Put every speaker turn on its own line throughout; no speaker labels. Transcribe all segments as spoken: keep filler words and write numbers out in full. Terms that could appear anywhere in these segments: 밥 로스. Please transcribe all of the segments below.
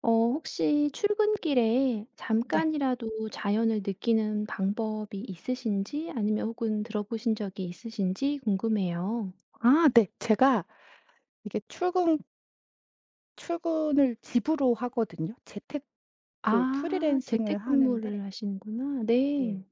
어 혹시 출근길에
네.
잠깐이라도 자연을 느끼는 방법이 있으신지 아니면 혹은 들어보신 적이 있으신지 궁금해요.
아 네. 제가 이게 출근 출근을 집으로 하거든요. 재테크
아,
프리랜싱을 하는데
재택근무를 하시는구나.
네.
네.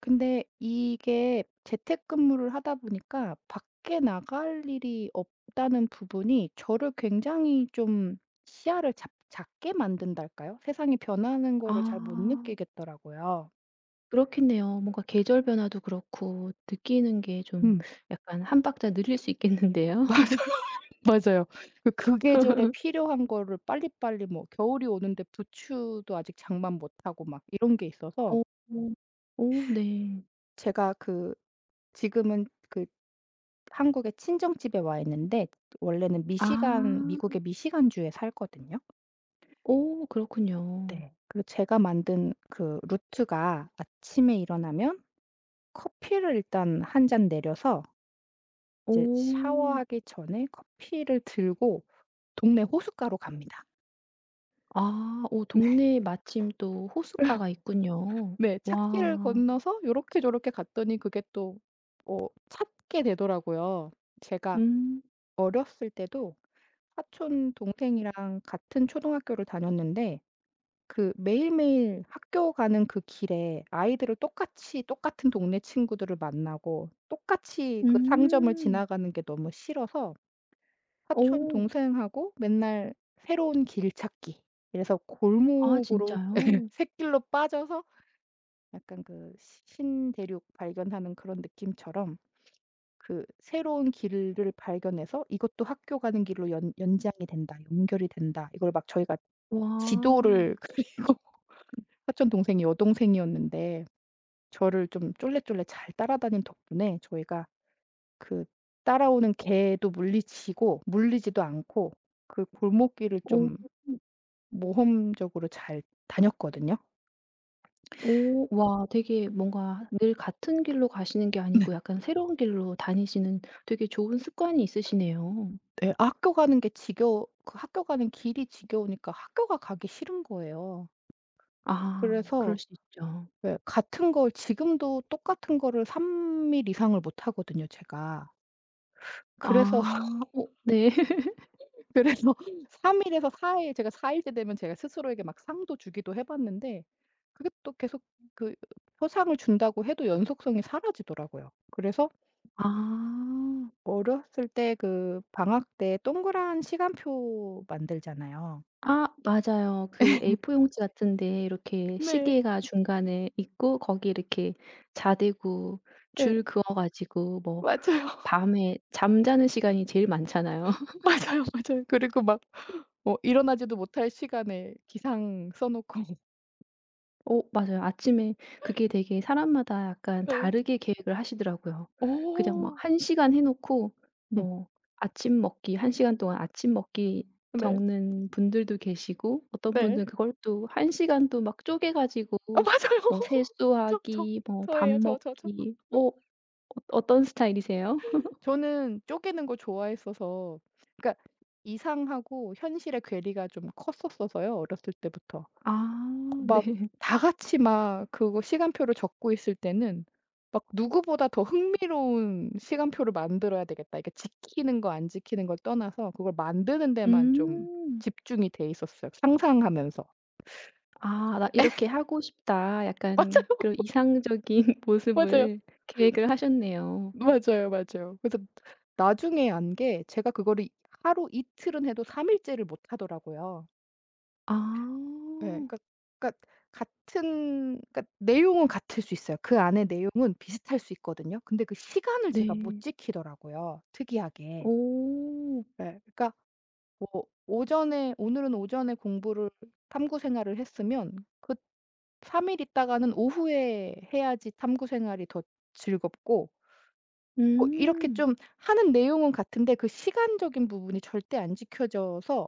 근데 이게 재택근무를 하다 보니까 밖에 나갈 일이 없다는 부분이 저를 굉장히 좀 시야를 잡 작게 만든달까요? 세상이 변하는
아,
거를 잘 못 느끼겠더라고요.
그렇겠네요. 뭔가 계절 변화도 그렇고 느끼는 게 좀
음.
약간 한 박자 느릴 수 있겠는데요.
맞아요. 맞아요. 그 그 계절에 필요한 거를 빨리빨리 뭐 겨울이 오는데 부추도 아직 장만 못 하고 막 이런 게 있어서
오, 오 네.
제가 그 지금은 그 한국의 친정집에 와 있는데 원래는
아.
미시간 미국의 미시간주에 살거든요.
오, 그렇군요.
네. 그리고 제가 만든 그 루트가 아침에 일어나면 커피를 일단 한 잔 내려서 이제
오.
샤워하기 전에 커피를 들고 동네 호숫가로 갑니다.
아. 오,
네.
동네에 마침 또 호숫가가 있군요.
네. 찾기를
와.
건너서 요렇게 저렇게 갔더니 그게 또 뭐 찾게 되더라고요. 제가
음.
어렸을 때도 사촌 동생이랑 같은 초등학교를 다녔는데 그 매일매일 학교 가는 그 길에 아이들을 똑같이 똑같은 동네 친구들을 만나고 똑같이 그 상점을
음.
지나가는 게 너무 싫어서 사촌
오,
동생하고 맨날 새로운 길 찾기 그래서
아
골목으로 새
진짜요?
샛길로 빠져서 약간 그 시 신대륙 발견하는 그런 느낌처럼 그 새로운 길을 발견해서 이것도 학교 가는 길로 연 연장이 된다. 연결이 된다. 이걸 막 저희가
와.
지도를 그리고 사촌 동생이 여동생이었는데 저를 좀 쫄래쫄래 잘 따라다닌 덕분에 저희가 그 따라오는 개도 물리치고 물리지도 않고 그 골목길을 좀
오,
모험적으로 잘 다녔거든요.
오, 와, 되게 뭔가 늘 같은 길로 가시는 게 아니고 약간 새로운 길로 다니시는 되게 좋은 습관이 있으시네요.
네, 학교 가는 게 지겨워 그 학교 가는 길이 지겨우니까 학교가 가기 싫은 거예요.
아, 그럴
그래서
수 있죠.
왜 같은 걸 지금도 똑같은 거를 삼 일 이상을 못 하거든요 제가. 그래서
아. 오 네.
그래서 삼 일에서 사 일 제가 사 일째 되면 제가 스스로에게 막 상도 주기도 해 봤는데 그게 또 계속 그 표상을 준다고 해도 연속성이 사라지더라고요. 그래서
아.
어렸을 때 그 방학 때 동그란 시간표 만들잖아요.
아 맞아요. 그 에이포 용지 같은데 이렇게
네.
시계가 중간에 있고 거기 이렇게 자대고
네
줄 그어 가지고 뭐
맞아요.
밤에 잠자는 시간이 제일 많잖아요.
맞아요, 맞아요. 그리고 막 뭐 일어나지도 못할 시간에 기상 써 놓고
어 맞아요. 아침에 그게 되게 사람마다 약간
네.
다르게 계획을 하시더라고요. 그냥 막
어.
한 시간 해 놓고
음.
뭐 아침 먹기 한 시간 동안 아침 먹기
네.
적는 분들도 계시고 어떤
네.
분들은 그걸 또 한 시간 또 막 쪼개 가지고
아 맞아요.
뭐
저, 저.
세수하기 뭐 밥
저예요. 저, 저, 저.
먹기 어 어 어떤 스타일이세요?
저는 쪼개는 걸 좋아했어서 그러니까 이상하고 현실의 괴리가 좀 컸었어서요, 어렸을 때부터.
아
막
네.
다 같이 막 그거 시간표를 적고 있을 때는 막 '누구보다 더 흥미로운 시간표를 만들어야 되겠다.' 이게 지키는 거 안 지키는 걸 떠나서 그걸 만드는 데만 좀
음.
집중이 돼 있었어요 상상하면서.
아, '나 이렇게 하고 싶다.' 약간
맞아요.
그런 이상적인
맞아요.
모습을 계획을 하셨네요.
맞아요, 맞아요. 그래서 나중에 안 게 제가 그거를 하루 이틀은 해도 삼 일째를 못 하더라고요.
아.
예. 그러니까 그러니까 같은 그러니까 내용은 같을 수 있어요. 그 안에 내용은 비슷할 수 있거든요. 근데 그 시간을 제가 못
네.
지키더라고요, 특이하게.
오.
예. 그러니까 뭐 오전에 오늘은 오전에 공부를 탐구 생활을 했으면 그 삼 일 있다가는 오후에 해야지 탐구 생활이 더 즐겁고 뭐 이렇게
음.
좀 하는 내용은 같은데 그 시간적인 부분이 절대 안 지켜져서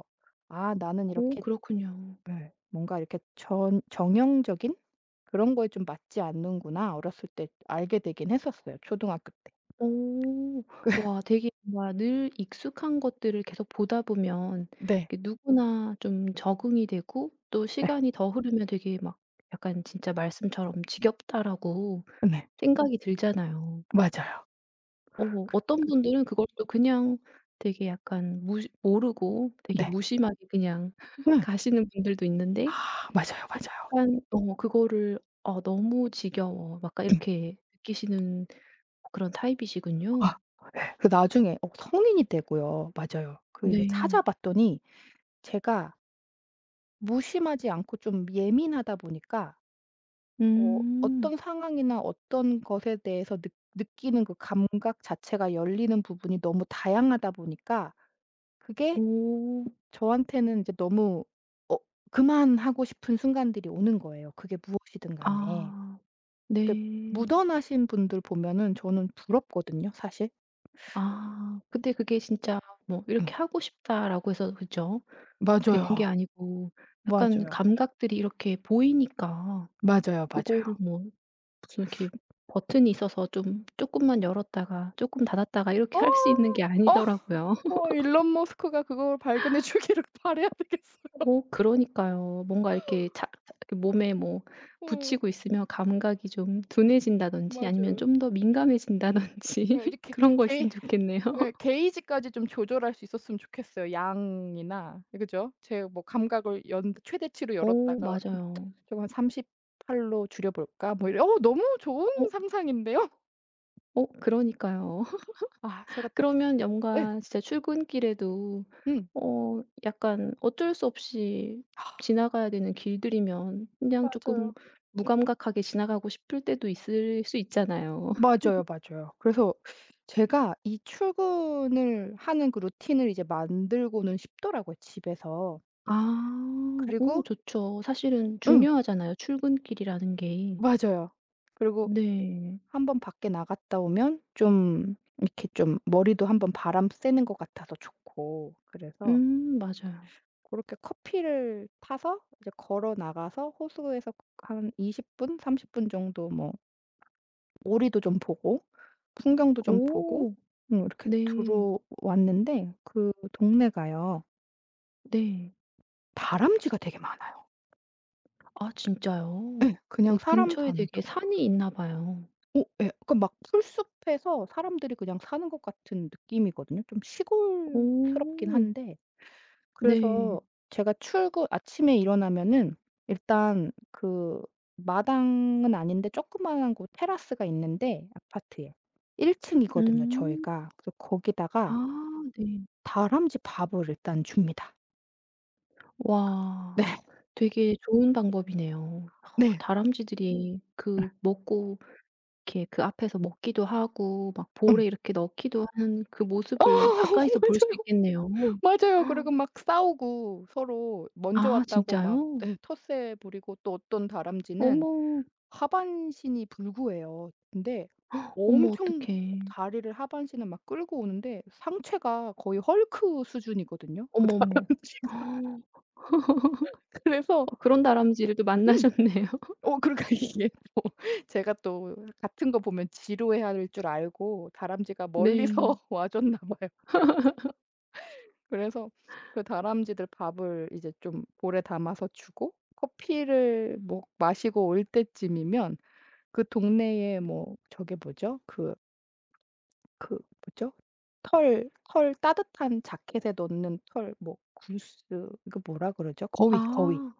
'아 나는
오,
이렇게'
그렇군요.
예. 뭔가 이렇게 전 정형적인 그런 거에 좀 맞지 않는구나.' 어렸을 때 알게 되긴 했었어요, 초등학교 때.
오. 와, 되게 뭔가 늘 익숙한 것들을 계속 보다 보면
네.
이게 누구나 좀 적응이 되고 또
네.
시간이 더 흐르면 되게 막 약간 진짜 말씀처럼 '지겹다.'라고
예. 네.
생각이 들잖아요.
맞아요.
어,
그
어떤 분들은 그걸 또 그냥 되게 약간 무시 모르고 되게
네.
무심하게 그냥
응.
가시는 분들도 있는데
아 맞아요, 맞아요.
약간 어 그거를 '아 너무 지겨워.' 약간
응.
이렇게 느끼시는 그런
아
타입이시군요.
네. 그 나중에 어 성인이 되고요. 맞아요. 그 일을
네.
찾아봤더니 제가 무심하지 않고 좀 예민하다 보니까 어
음.
어떤 상황이나 어떤 것에 대해서 느 느끼는 그 감각 자체가 열리는 부분이 너무 다양하다 보니까 그게
오.
저한테는 이제 너무 어 그만하고 싶은 순간들이 오는 거예요, 그게 무엇이든 간에.
아.
근데
네.
묻어나신 분들 보면은 저는 부럽거든요, 사실.
아. 근데 그게 진짜 뭐
응.
이렇게 하고 싶다라고 해서 그죠? 되는 게
맞아요.
아니고 약간
맞아요.
감각들이 이렇게 보이니까
맞아요,
그거를
맞아요.
뭐 무슨 이렇게 버튼이 있어서 좀 쪼끔만 열었다가 쪼끔 닫았다가
어.
이렇게 할 수 있는 게
어.
아니더라고요.
어 일론 머스크가 그걸 발견해 주기를 바라야 되겠어요.
어 그러니까요. 뭔가 이렇게 자 자 이렇게 몸에 뭐
어
붙이고 있으면 감각이 좀 둔해진다든지 아니면
맞아요.
좀 더
어,
민감해진다든지
이렇게
그런 거
개
있으면 좋겠네요.
예 게이지까지 좀 조절할 수 있었으면 좋겠어요. 양이나 예 그죠? 제 뭐 감각을 연 최대치로
오
열었다가 좀
맞아요.
조금 한삼십팔로 줄여 볼까? 뭐 이런 어 너무 좋은
어
상상인데요.
어 그러니까요.
아 제가
그러면 여
예.
뭔가 진짜 출근길에도
음.
어 약간 어쩔 수 없이 지나가야 되는 길들이면 그냥 조금
맞아요.
무감각하게 지나가고 싶을 때도 있을 수 있잖아요.
맞아요, 맞아요. 그래서 제가 이 출근을 하는 그 루틴을 이제 만들고는 싶더라고요 집에서.
아. 오
그리고
좋죠. 사실은
응
중요하잖아요, 출근길이라는 게.
맞아요. 그리고
네.
한 번 밖에 나갔다 오면 좀 이렇게 좀 머리도 한번 바람 쐬는 것 같아서 좋고 그래서
음 맞아요.
그렇게 커피를 타서 이제 걸어 나가서 호수에서 한 이십 분, 삼십 분 정도 뭐 오리도 좀 보고 풍경도 좀 보고
오.
음 이렇게
네.
들어왔는데 그 동네가요.
네.
다람쥐가 되게 많아요.
아 진짜요?
그냥
오,
사람
근처에
사는
되게
동
산이 있나 봐요.
오 예. 그막 풀숲에서 사람들이 그냥 사는 것 같은 느낌이거든요. 좀 시골스럽긴
오.
한데
네.
그래서 제가 출근 아침에 일어나면은 일단 그 마당은 아닌데 조그마한 곳 테라스가 있는데 아파트에 일 층이거든요
음.
저희가. 그래서
아
거기다가
네.
다람쥐 밥을 일단 줍니다. 네.
와, 되게 좋은 방법이네요. 어,
네.
다람쥐들이
응.
그 먹고 이렇게 그 앞에서 먹기도 하고 막
응.
볼에 이렇게 넣기도 하는 그
어
모습을 가까이서 볼 수 있겠네요.
맞아요. 맞아요. 그리고 막 싸우고 서로 먼저
아
왔다고 막
진짜요?
예 텃세 부리고 또 어떤 다람쥐는
어머.
하반신이 불구예요. 근데
어머,
엄청
어떡해.
다리를 하반신을 막 끌고 오는데 상체가 거의 헐크 수준이거든요 그
어머, 어머.
다람쥐. 그래서
어, 그런 다람쥐를 또
음
만나셨네요.
어 그러니까 이게 또 제가 또 같은 거 보면 지루해할 줄 알고 다람쥐가 멀리서
네.
와 줬나 봐요. 그래 그래서 그 다람쥐들 밥을 이제 좀 볼에 담아서 주고 커피를 뭐 마시고 올 때쯤이면 그 동네에 뭐 저게 뭐죠? 그 그 뭐죠? 털 털 따뜻한 자켓에 넣는 털 뭐 구스 이거 뭐라 그러죠? 거위, 거위.
아,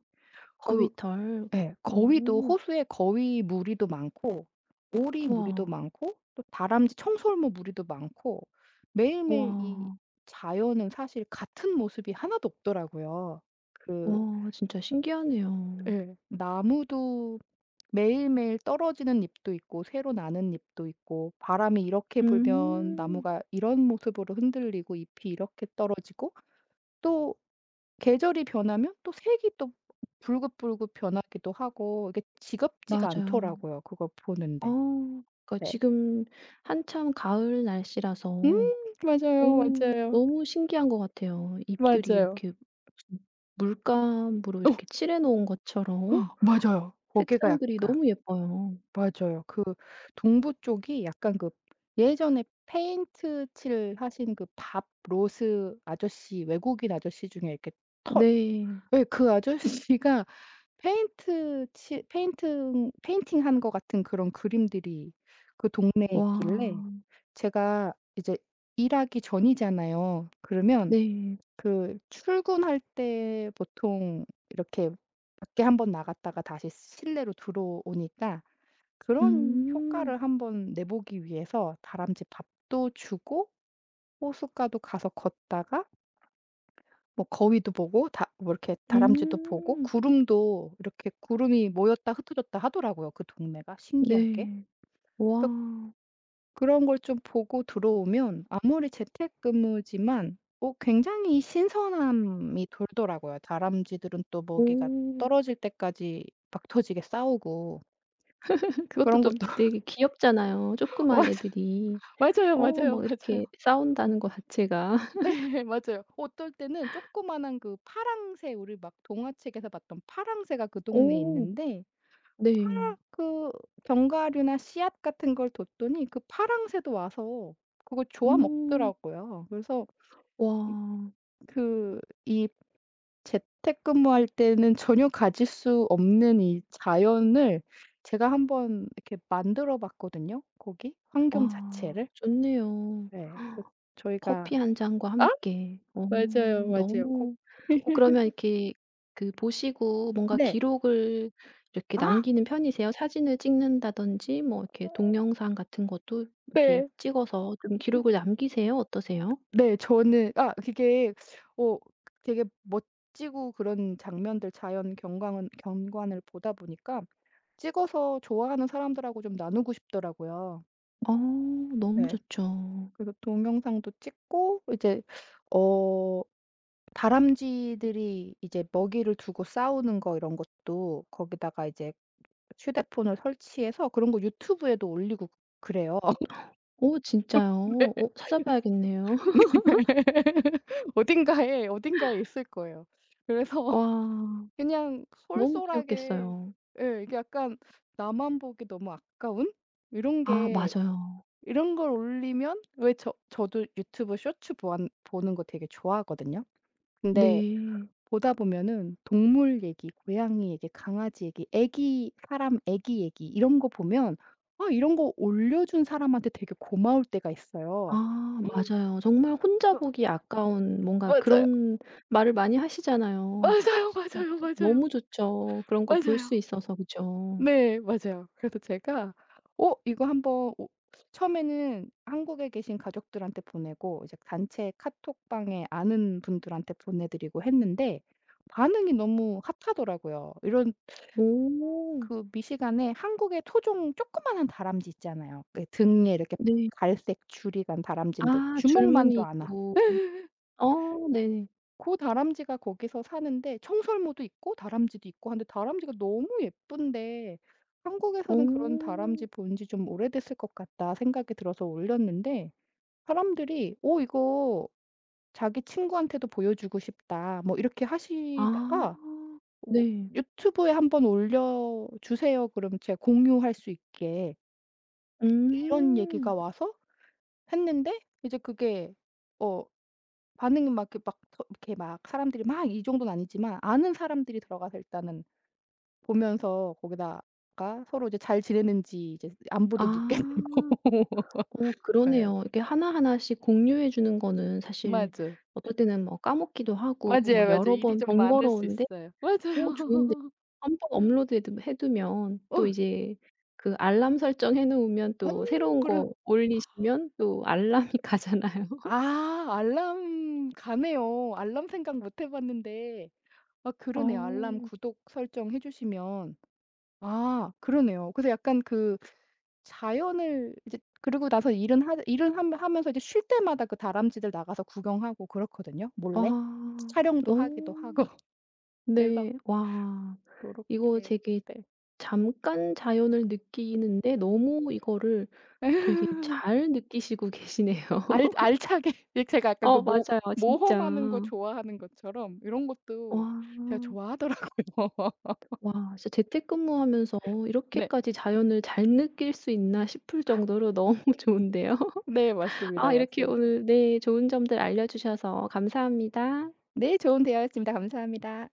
그
거위털.
예. 거위도
오.
호수에 거위 무리도 많고 오리 무리도
우와.
많고 또 다람쥐, 청설모 무리도 많고 매일매일 이
우와.
자연은 사실 같은 모습이 하나도 없더라고요. 그
와, 진짜 신기하네요.
예. 나무도 매일매일 떨어지는 잎도 있고 새로 나는 잎도 있고 바람이 이렇게 불면
음.
나무가 이런 모습으로 흔들리고 잎이 이렇게 떨어지고 또 계절이 변하면 또 색이 또 불긋불긋 변하기도 하고 이게 지겹지가
맞아요.
않더라고요, 그걸
아,
보는데.
그러니까
네.
지금 한참 가을
음
날씨라서 어
맞아요, 맞아요.
너무 신기한 것 같아요. 잎들이
맞아요.
이렇게 무슨 물감으로
어
이렇게 칠해 놓은 것처럼
맞아요. 거기가
색상들이
약간
너무 예뻐요.
맞아요. 그 동부 쪽이 약간 그 예전에 페인트 칠 하신 그 밥 로스 아저씨 외국인 아저씨 중에 이렇게 털
네.
예 그 아저씨가 페인트 칠 페인팅 페인팅한 것 같은 그런 그림들이 그 동네에
와.
있길래 제가 이제 일하기 전이잖아요. 그러면
네.
그 출근할 때 보통 이렇게 밖에 한 번 나갔다가 다시 실내로 들어오니까 그런
음.
효과를 한번 내보기 위해서 다람쥐 밥도 주고 호숫가도 가서 걷다가 뭐 거위도 보고 다 뭐 이렇게 다람쥐도 보고
음.
구름도 이렇게 구름이 모였다 흩어졌다 하더라고요, 그 동네가 신기하게.
네.
그래서
와.
그런 걸 좀 보고 들어오면 아무리 재택근무지만 어 굉장히 신선함이 돌더라고요. 다람쥐들은 또 먹이가
오.
떨어질 때까지 막 터지게 싸우고
그것도
그런
좀
것도
되게 귀엽잖아요, 조그만
맞아.
애들이.
맞아요,
어,
맞아요,
막 이렇게
맞아요.
싸운다는 거 자체가.
네 맞아요. 어떨 때는 조그마한 그 파랑새 우리 막 동화책에서 봤던 파랑새가 그 동네에
오.
있는데
네.
파라 그 견과류나 씨앗 같은 걸 뒀더니 그 파랑새도 와서 그걸 좋아
어머.
먹더라고요. 그래서 이
와.
그 이 재택근무할 때는 전혀 가질 수 없는 이 자연을 제가 한번 이렇게 만들어 봤거든요 거기 환경
와,
자체를.
좋네요.
네. 그 저희가
커피 한 잔과
아
함께. 어
맞아요, 맞아요. 꼭.
너무. 어 그러면 이렇게 그 보시고 뭔가
네.
기록을 이렇게
아.
남기는 편이세요? 사진을 찍는다든지 뭐 이렇게 동영상 같은 것도 이렇게
네.
찍어서 좀 기록을 남기세요? 어떠세요?
네 저는 아 그게 어 되게 멋지고 그런 장면들 자연 경광은 경관을 보다 보니까 찍어서 좋아하는 사람들하고 좀 나누고 싶더라고요.
어, 너무
네.
좋죠.
그래서 동영상도 찍고 이제 어 다람쥐들이 이제 먹이를 두고 싸우는 거 이런 것도 거기다가 이제 휴대폰을 설치해서 그런 거 유튜브에도 올리고 그래요.
어
네.
진짜요? 어, 찾아봐야겠네요.
네. 어딘가에, 어딘가에 있을 거예요. 그래서
와.
그냥
너무
솔솔하게
귀엽겠어요.
예 이게 약간 나만 보기 너무 아까운 이런
아
게
맞아요.
이런 걸 올리면 왜 저 저도 유튜브 쇼츠 보안 보는 거 되게 좋아하거든요. 근데
네.
보다 보면은 동물 얘기, 고양이 얘기, 강아지 얘기, 애기 사람 애기 얘기 이런 거 보면 아 이런 거 올려 준 사람한테 되게 고마울 때가 있어요.
아 맞아요. 정말 혼자
어
보기 아까운 뭔가
맞아요.
그런 말을 많이 하시잖아요.
맞아요,
어,
맞아요, 맞아요.
너무 좋죠. 그런 걸 볼
맞아요.
수 있어서 그죠.
네 맞아요. 그래서 제가 어 이거 한번 오 처음에는 한국에 계신 가족들한테 보내고 이제 단체 카톡방에 아는 분들한테 보내 드리고 했는데 반응이 너무 핫하더라고요. 이런
오
그 미시간에 한국의 토종 조그마한 다람쥐 있잖아요. 그 등에 이렇게
네.
갈색 줄이 간 다람쥐인데
아, 줄무늬
주먹만도 안
있고. 어 네.
고 다람쥐가 거기서 사는데 청설모도 있고 다람쥐도 있고 한데 다람쥐가 너무 예쁜데 '한국에서는 그런 다람쥐
오,
본지 좀 오래됐을 것 같다.' 생각이 들어서 올렸는데 사람들이 "어 이거 자기 친구한테도 보여주고 싶다." 뭐 이렇게
아
하시다가 어
네.
"유튜브에 한번 올려 주세요. 그럼 제가 공유할 수 있게." 이런 얘기가
음.
와서 했는데 이제 그게 어 반응이 막 이렇게 막 더 이렇게 막 사람들이 막 이 정도는 아니지만 아는 사람들이 들어가서 일단은 보면서 거기다가 서로 이제 잘 지내는지 이제 안부도
아.
묻게 되고.
어,
네,
그러네요. 이렇게 하나하나씩 공유해 주는 거는 사실
맞아.
어떨 때는 뭐 까먹기도 하고
맞아요,
막
맞아요.
여러
일이
번
좀 많을 수
번거로운
있어요.
어,
맞아요.
좋은데. 한번 업로드해두 해두면
어.
또 이제 그 알람 설정해 놓으면
오,
또 새로운
그래
거 올리시면 또 알람이 가잖아요.
아 알람 가네요. 알람 생각 못 해 봤는데 아 그러네요. 알람
어.
구독 설정해 주시면 아 그러네요. 그래서 약간 그 자연을 이제 그러고 나서 일은 하 일은 함 하면서 이제 쉴 때마다 그 다람쥐들 나가서 구경하고 그렇거든요 몰래.
와.
촬영도 하기도
너무.
하고 그래서
네. 와, 이거
고렇게
되게
네.
잠깐 자연을 느끼는데 너무 이거를 되게 잘 느끼시고 계시네요.
알 알차게 예 제가 약간 그
어
모
맞아요. 진짜.
모험하는 거 좋아하는 것처럼 이런
와.
것도 제가 좋아하더라고요.
와, 진짜 재택근무하면서
네.
이렇게까지 자연을 잘 느낄 수 있나 싶을 정도로 너무 좋은데요.
네 맞습니다,
아, 이렇게
맞습니다.
오늘 네, 좋은 점들 알려 주셔서 감사합니다.
네 좋은 대화였습니다. 감사합니다.